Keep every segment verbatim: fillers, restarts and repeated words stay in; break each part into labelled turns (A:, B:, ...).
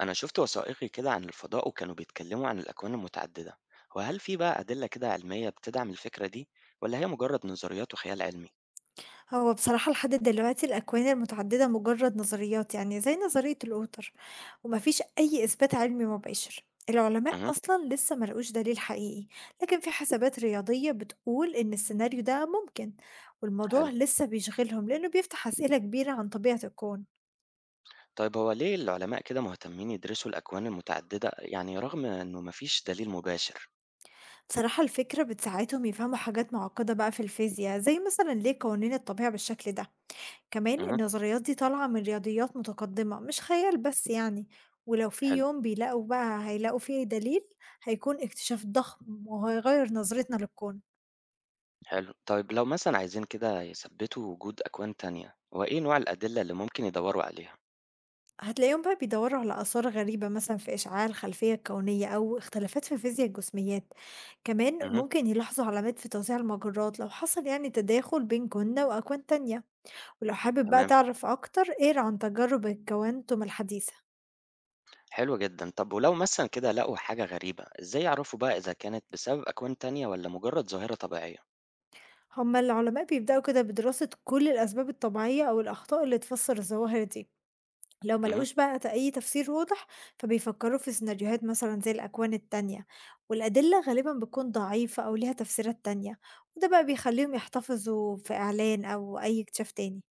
A: أنا شفت وثائقي كده عن الفضاء وكانوا بيتكلموا عن الأكوان المتعددة، وهل في بقى أدلة كده علمية بتدعم الفكرة دي، ولا هي مجرد نظريات وخيال علمي؟
B: هو بصراحة لحد دلوقتي الأكوان المتعددة مجرد نظريات، يعني زي نظرية الأوتر، ومفيش أي إثبات علمي مباشر. العلماء
A: امم.
B: أصلا لسه ملقوش دليل حقيقي، لكن في حسابات رياضية بتقول إن السيناريو ده ممكن،
A: حلو.
B: والموضوع لسه بيشغلهم لأنه بيفتح أسئلة كبيرة عن طبيعة الكون.
A: طيب هو ليه العلماء كده مهتمين يدرسوا الأكوان المتعددة يعني رغم إنه مفيش دليل مباشر؟
B: بصراحة الفكرة بتساعدهم يفهموا حاجات معقدة بقى في الفيزياء، زي مثلا ليه قوانين الطبيعة بالشكل ده. كمان
A: امم.
B: النظريات دي طالعة من رياضيات متقدمة مش خيال بس يعني. ولو في
A: حلو.
B: يوم بيلاقوا بقى، هيلاقوا فيه دليل، هيكون اكتشاف ضخم وهيغير نظرتنا للكون.
A: حلو، طيب لو مثلا عايزين كده يثبتوا وجود أكوان تانية، هو إيه نوع الأدلة اللي ممكن يدوروا عليها؟
B: هتلاقيهم بقى بيدوروا على آثار غريبة مثلا في إشعاع الخلفية الكونية أو اختلافات في فيزياء الجسميات. كمان
A: امم.
B: ممكن يلاحظوا علامات في توزيع المجرات لو حصل يعني تداخل بين كنا وأكوان تانية. ولو حابب بقى
A: تمام.
B: تعرف أكتر اقرا عن تجارب الكوانتم الحديثة.
A: حلو جدا. طب ولو مثلا كده لقوا حاجة غريبة، ازاي يعرفوا بقى إذا كانت بسبب أكوان تانية ولا مجرد ظاهرة طبيعية؟
B: هما العلماء بيبدأوا كده بدراسة كل الأسباب الطبيعية أو الأخطاء اللي تفسر الظواهر دي. لو ما
A: اهم.
B: لقوش بقى ت- أي تفسير واضح، فبيفكروا في سيناريوهات مثلا زي الأكوان التانية، والأدلة غالبا بتكون ضعيفة أو ليها تفسيرات تانية، وده بقى بيخليهم يحتفظوا في إعلان أو أي اكتشاف تاني.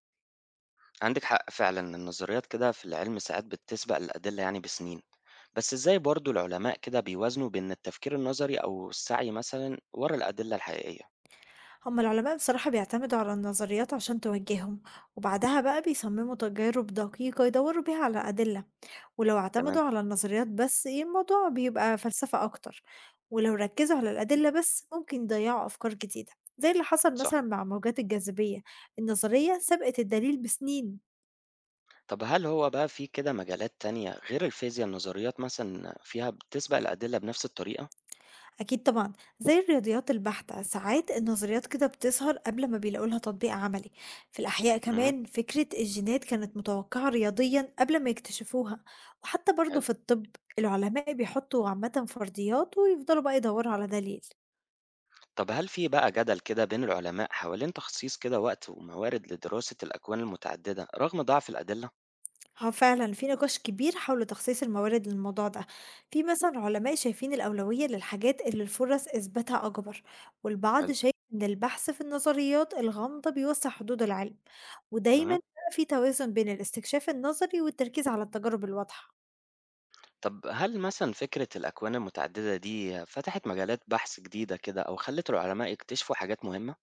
A: عندِك حق فعلًا، النظريات كده في العلم ساعات بتسبق الأدلة يعني بسنين، بس إزاي برضه العلماء كده بيوازنوا بين التفكير النظري أو السعي مثلًا ورا الأدلة الحقيقية؟
B: هما العلماء بصراحة بيعتمدوا على النظريات عشان توجههم، وبعدها بقى بيصمموا تجارب دقيقة يدوروا بيها على أدلة. ولو
A: تمام،
B: اعتمدوا على النظريات بس ي الموضوع بيبقى فلسفة أكتر، ولو ركّزوا على الأدلة بس ممكن يضيّعوا أفكار جديدة، زي اللي حصل
A: صح.
B: مثلًا مع موجات الجاذبية، النظرية سبقت الدليل بسنين.
A: طب هل هو بقى في كده مجالات تانية غير الفيزياء النظريات مثلًا فيها بتسبق الأدلة بنفس الطريقة؟
B: أكيد طبعًا، زي الرياضيات البحتة ساعات النظريات كده بتظهر قبل ما بيلاقوا لها تطبيق عملي. في الأحياء
A: اهم،
B: كمان فكرة الجينات كانت متوقعة رياضيًا قبل ما يكتشفوها، وحتى برضه
A: حلو.
B: في الطب العلماء بيحطوا عامةً فرضيات ويفضلوا بقى يدوّروا على دليل.
A: طب هل في بقى جدل كده بين العلماء حوالين تخصيص كده وقت وموارد لدراسة الأكوان المتعددة رغم ضعف الأدلة؟
B: اه فعلا في نقاش كبير حول تخصيص الموارد للموضوع ده. في مثلا علماء شايفين الأولوية للحاجات اللي الفرص إثباتها أكبر، والبعض
A: حلو.
B: شايف إن البحث في النظريات الغامضة بيوسع حدود العلم. ودايما
A: اهم.
B: بقى في توازن بين الاستكشاف النظري والتركيز على التجارب الواضحة.
A: طب هل مثلًا فكرة الأكوان المتعددة دي فتحت مجالات بحث جديدة كده أو خلّت العلماء يكتشفوا حاجات مهمة؟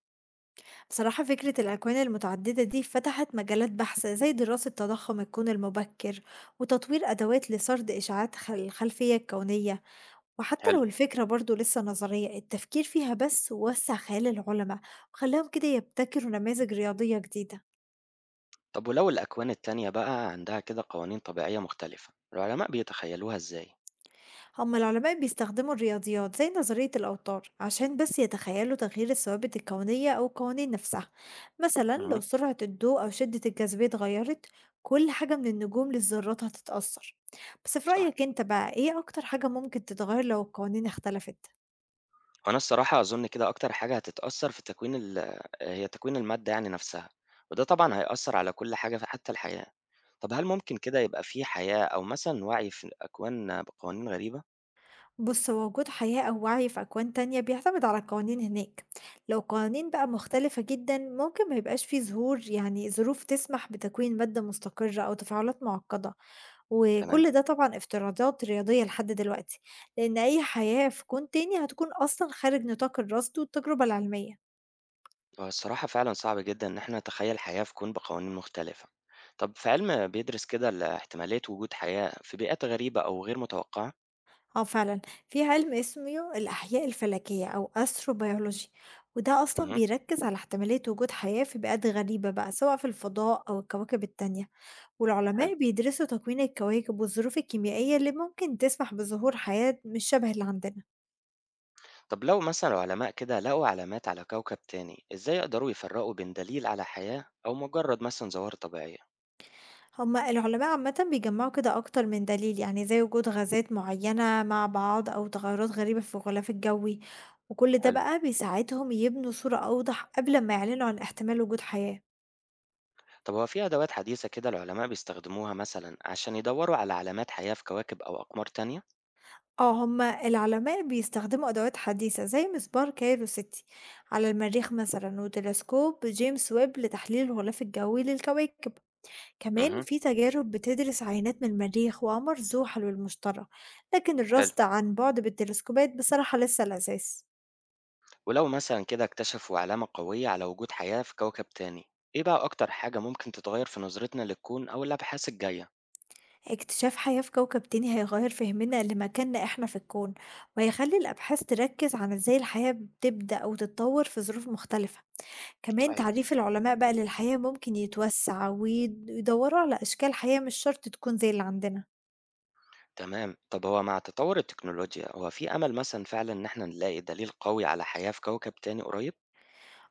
B: بصراحة فكرة الأكوان المتعددة دي فتحت مجالات بحث زي دراسة تضخم الكون المبكر، وتطوير أدوات لسرد إشعاعات خل- الخلفية الكونية. وحتى
A: حلو.
B: لو الفكرة برضو لسه نظرية، التفكير فيها بس وسع خيال العلماء، وخلاهم كده يبتكروا نماذج رياضية جديدة.
A: طب ولو الأكوان التانية بقى عندها كده قوانين طبيعية مختلفة، العلماء بيتخيلوها إزاي؟
B: هم العلماء بيستخدموا الرياضيات زي نظرية الأوتار عشان بس يتخيلوا تغيير الثوابت الكونية أو القوانين نفسها. مثلا
A: اهم.
B: لو سرعة الضوء أو شدة الجاذبية اتغيرت، كل حاجة من النجوم للذرات هتتأثر. بس في
A: صح،
B: رأيك انت بقى ايه أكتر حاجة ممكن تتغير لو القوانين اختلفت؟
A: هو أنا الصراحة أظن كده أكتر حاجة هتتأثّر في تكوين ال هي تكوين المادة يعني نفسها، وده طبعًا هيأثّر على كل حاجة ف حتى الحياة. طب هل ممكن كده يبقى في حياة أو مثلًا وعي في الأكوان بقوانين غريبة؟
B: بص، هو وجود حياة أو وعي في أكوان تانية بيعتمد على القوانين هناك. لو قوانين بقى مختلفة جدا، ممكن ما يبقاش فيه ظهور يعني ظروف تسمح بتكوين مادة مستقرة أو تفاعلات معقدة.
A: تمام.
B: وكل ده طبعا افتراضات رياضية لحد دلوقتي، لأن أي حياة في كون تاني هتكون أصلا خارج نطاق الرصد والتجربة العلمية.
A: هو الصراحة فعلًا صعب جدًا إن إحنا نتخيّل حياة في كون بقوانين مختلفة. طب في علم بيدرس كده ال احتمالية وجود حياة في بيئات غريبة أو غير متوقعة؟
B: اه فعلا، في علم اسمه الأحياء الفلكية أو أستروبيولوجي، وده أصلا
A: اهم،
B: بيركز على احتمالية وجود حياة في بيئات غريبة بقى، سواء في الفضاء أو الكواكب التانية.
A: حلو.
B: والعلماء بيدرسوا تكوين الكواكب والظروف الكيميائية اللي ممكن تسمح بظهور حياة مش شبه اللي عندنا.
A: طب لو مثلًا العلماء كده لقوا علامات على كوكب تاني، إزاي يقدروا يفرقوا بين دليل على حياة أو مجرد مثلًا ظواهر طبيعية؟
B: هما العلماء عامة بيجمعوا كده أكتر من دليل، يعني زي وجود غازات معينة مع بعض أو تغيرات غريبة في الغلاف الجوي، وكل ده
A: حلو.
B: بقى بيساعدهم يبنوا صورة أوضح قبل ما يعلنوا عن احتمال وجود حياة.
A: طب هو في أدوات حديثة كده العلماء بيستخدموها مثلًا عشان يدوروا على علامات حياة في كواكب أو أقمار تانية؟
B: اه هما العلماء بيستخدموا أدوات حديثة زي مسبار كايرو ستة على المريخ مثلا، وتلسكوب جيمس ويب لتحليل الغلاف الجوي للكواكب. كمان
A: اهم،
B: في تجارب بتدرس عينات من المريخ وقمر زحل والمشتري، لكن
A: حلو.
B: الرصد عن بعد بالتلسكوبات بصراحة لسه الأساس.
A: ولو مثلا كده اكتشفوا علامة قوية على وجود حياة في كوكب تاني، ايه بقى اكتر حاجة ممكن تتغير في نظرتنا للكون او الابحاث الجاية؟
B: اكتشاف حياة في كوكب تاني هيغير فهمنا لمكاننا احنا في الكون، وهيخلي الأبحاث تركز على ازاي الحياة بتبدأ أو تتطور في ظروف مختلفة. كمان
A: صحيح.
B: تعريف العلماء بقى للحياة ممكن يتوسع، ويد- ويدوروا على أشكال حياة مش شرط تكون زي اللي عندنا.
A: تمام. طب هو مع تطور التكنولوجيا، هو في امل مثلا فعلا ان احنا نلاقي دليل قوي على حياة في كوكب تاني قريب؟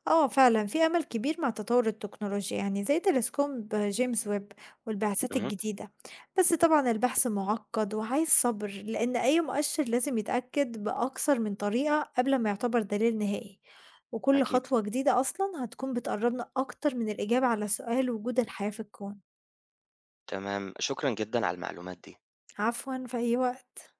B: آه فعلًا في أمل كبير مع تطور التكنولوجيا، يعني زي تلسكوب جيمس ويب والبعثات
A: امم.
B: الجديدة، بس طبعًا البحث معقد وعايز صبر لأن أي مؤشر لازم يتأكد بأكثر من طريقة قبل ما يعتبر دليل نهائي، وكل
A: اكيد.
B: خطوة جديدة أصلًا هتكون بتقربنا أكتر من الإجابة على سؤال وجود الحياة في الكون.
A: تمام، شكرا جدا على المعلومات دي.
B: عفوًا في أي وقت.